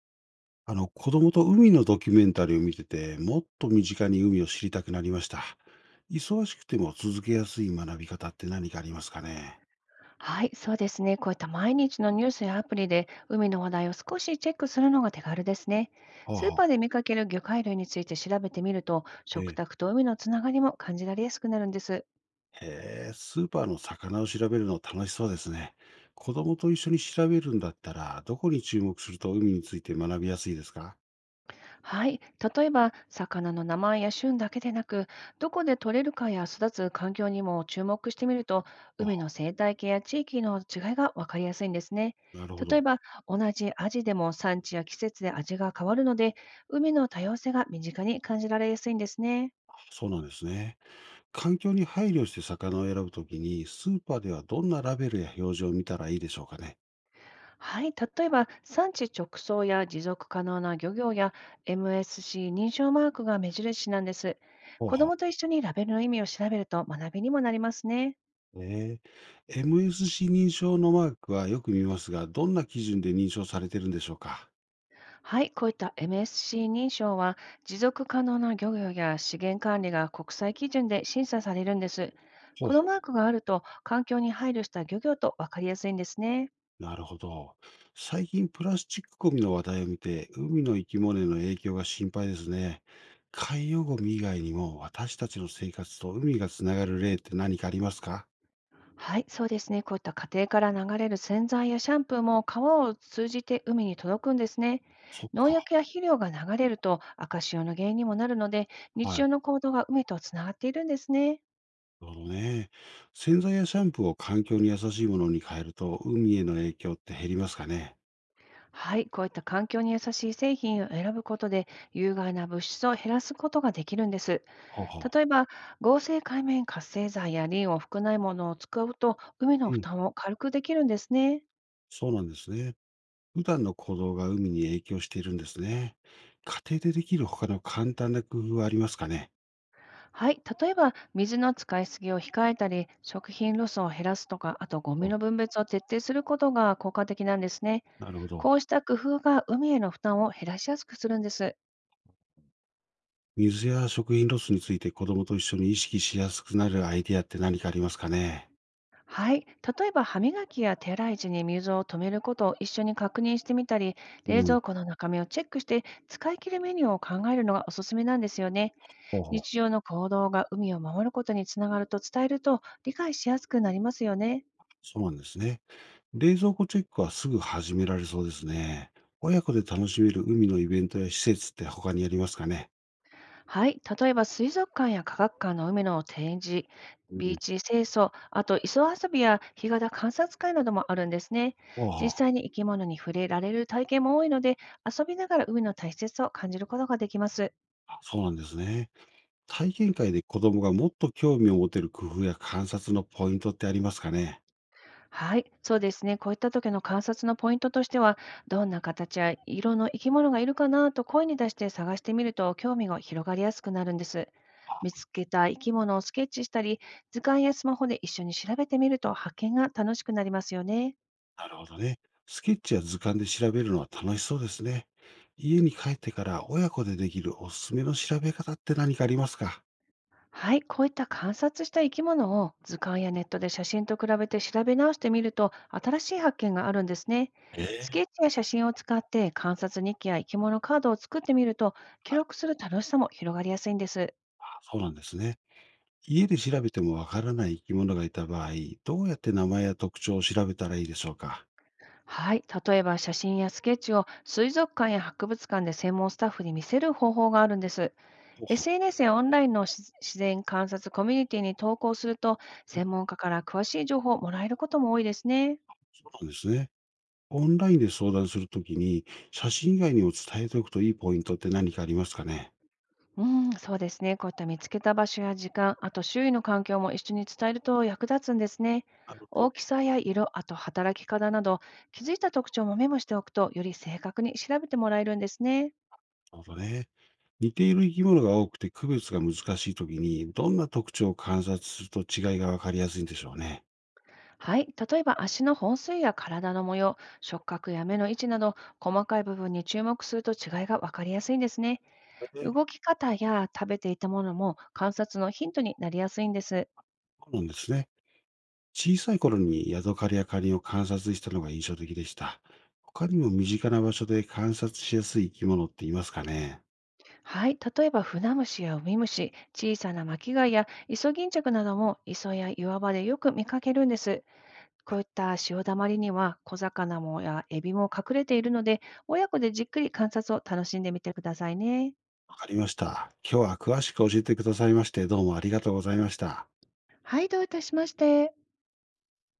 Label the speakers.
Speaker 1: 子供と海のドキュメンタリーを見てて、もっと身近に海を知りたくなりました。忙しくても続けやすい学び方って何かありますかね？
Speaker 2: はい、そうですね。こういった毎日のニュースやアプリで海の話題を少しチェックするのが手軽ですね。
Speaker 1: はあ、
Speaker 2: スーパ
Speaker 1: は
Speaker 2: ー
Speaker 1: あ、
Speaker 2: で見かける魚介類について調べてみると、
Speaker 1: え
Speaker 2: 食
Speaker 1: え、
Speaker 2: 卓と海のつながりも感じられやすくなるんです。
Speaker 1: へえ、スーパーの魚を調べるの楽しそうですね。子供と一緒に調べるんだったら、どこに注目すると海について学びやすいですか？
Speaker 2: はい、例えば魚の名前や旬だけでなく、どこで取れるかや育つ環境にも注目してみると、
Speaker 1: あ、
Speaker 2: 海の
Speaker 1: ほ
Speaker 2: 生態系や地域の違いがわかりやすいんですね。
Speaker 1: う。なるほ
Speaker 2: 例え
Speaker 1: ど。
Speaker 2: ば、同じアジでも産地や季節で味が変わるので、海の多様性が身近に感じられやすいんですね。
Speaker 1: そうなんですね。環境に配慮して魚を選ぶときに、スーパーではどんなラベルや表示を見たらいいでしょうかね。
Speaker 2: はい、例えば産地直送や持続可能な漁業や MSC 認証マークが目印なんです。
Speaker 1: ほう
Speaker 2: 子ど
Speaker 1: ほう。
Speaker 2: もと一緒にラベルの意味を調べると学びにもなりますね。
Speaker 1: ねえ、 MSC 認証のマークはよく見ますが、どんな基準で認証されてるんでしょうか？
Speaker 2: はい、こういった MSC 認証は、持続可能な漁業や資源管理が国際基準で審査されるんです。
Speaker 1: ほう
Speaker 2: この
Speaker 1: ほ。
Speaker 2: マークがあると、環境に配慮した漁業と分かりやすいんですね。
Speaker 1: なるほど。最近プラスチックゴミの話題を見て、海の生き物への影響が心配ですね。海洋ゴミ以外にも私たちの生活と海がつながる例って何かありますか？
Speaker 2: はい、そうですね。こういった家庭から流れる洗剤やシャンプーも、川を通じて海に届くんですね。
Speaker 1: そっ
Speaker 2: 農
Speaker 1: か。
Speaker 2: 薬や肥料が流れると赤潮の原因にもなるので、日
Speaker 1: は
Speaker 2: 常
Speaker 1: い。
Speaker 2: の行動が海とつながっているんですね。
Speaker 1: なるほどね。洗剤やシャンプーを環境に優しいものに変えると、海への影響って減りますかね？
Speaker 2: はい、こういった環境に優しい製品を選ぶことで、有害な物質を減らすことができるんです。
Speaker 1: ほうほう。
Speaker 2: 例えば、合成界面活性剤やリンを含まないものを使うと、海の
Speaker 1: う
Speaker 2: 負
Speaker 1: ん。
Speaker 2: 担を軽くできるんですね。
Speaker 1: そうなんですね。普段の行動が海に影響しているんですね。家庭でできる他の簡単な工夫はありますかね？
Speaker 2: はい、例えば水の使いすぎを控えたり、食品ロスを減らすとか、あとゴミ
Speaker 1: お、
Speaker 2: の分別を徹底することが効果的なんですね。
Speaker 1: なるほど。
Speaker 2: こうした工夫が、海への負担を減らしやすくするんです。
Speaker 1: 水や食品ロスについて子供と一緒に意識しやすくなるアイデアって何かありますかね？
Speaker 2: はい、例えば歯磨きや手洗い時に水を止めることを一緒に確認してみたり、冷
Speaker 1: うん。
Speaker 2: 蔵庫の中身をチェックして使い切るメニューを考えるのがおすすめなんですよね。
Speaker 1: ほうほ
Speaker 2: 日
Speaker 1: う。
Speaker 2: 常の行動が海を守ることにつながると伝えると、理解しやすくなりますよね。
Speaker 1: そうなんですね。冷蔵庫チェックはすぐ始められそうですね。親子で楽しめる海のイベントや施設って他にありますかね？
Speaker 2: はい、例えば水族館や科学館の海の展示、
Speaker 1: う
Speaker 2: ビー
Speaker 1: ん。
Speaker 2: チ清掃、あと磯遊びや干潟観察会などもあるんですね。
Speaker 1: ほうほ
Speaker 2: 実
Speaker 1: う。
Speaker 2: 際に生き物に触れられる体験も多いので、遊びながら海の大切さを感じることができます。
Speaker 1: あ、そうなんですね。体験会で子供がもっと興味を持てる工夫や観察のポイントってありますかね？
Speaker 2: はい、そうですね。こういった時の観察のポイントとしては、どんな形や色の生き物がいるかなと声に出して探してみると、興味が広がりやすくなるんです。見つけた生き物をスケッチしたり、図鑑やスマホで一緒に調べてみると、発見が楽しくなりますよね。
Speaker 1: なるほどね。スケッチや図鑑で調べるのは楽しそうですね。家に帰ってから親子でできるおすすめの調べ方って何かありますか？
Speaker 2: はい、こういった観察した生き物を図鑑やネットで写真と比べて調べ直してみると、新しい発見があるんですね。
Speaker 1: え
Speaker 2: スケ
Speaker 1: え、
Speaker 2: ッチや写真を使って観察日記や生き物カードを作ってみると、記録する楽しさも広がりやすいんです。
Speaker 1: あ、そうなんですね。家で調べてもわからない生き物がいた場合、どうやって名前や特徴を調べたらいいでしょうか？
Speaker 2: はい。例えば、写真やスケッチを水族館や博物館で専門スタッフに見せる方法があるんです。
Speaker 1: ほうほ
Speaker 2: SNS やオンラインのし自然観察コミュニティに投稿すると、
Speaker 1: う。
Speaker 2: 専門家から詳しい情報をもらえることも多いですね。
Speaker 1: そうなんですね。オンラインで相談するときに、写真以外にも伝えておくといいポイントって何かありますかね？
Speaker 2: うん、そうですね。こういった見つけた場所や時間、あと周囲の環境も一緒に伝えると役立つんですね。
Speaker 1: なるほ
Speaker 2: 大
Speaker 1: ど。
Speaker 2: きさや色、あと働き方など、気づいた特徴もメモしておくと、より正確に調べてもらえるんですね。
Speaker 1: なるほどね。似ている生き物が多くて区別が難しいときに、どんな特徴を観察すると違いがわかりやすいんでしょうね。
Speaker 2: はい。例えば足の本数や体の模様、触覚や目の位置など、細かい部分に注目すると違いが分かりやすいんですね。
Speaker 1: えー、
Speaker 2: 動き方や食べていたものも観察のヒントになりやすいんです。
Speaker 1: そうなんですね。小さい頃にヤドカリやカニを観察したのが印象的でした。他にも身近な場所で観察しやすい生き物っていますかね。
Speaker 2: はい。例えば船虫やウミムシ、小さな巻貝やイソギンチャクなども磯や岩場でよく見かけるんです。こういった潮だまりには小魚もやエビも隠れているので、親子でじっくり観察を楽しんでみてくださいね。
Speaker 1: わかりました。今日は詳しく教えてくださいまして、どうもありがとうございました。
Speaker 2: はい、どういたしまして。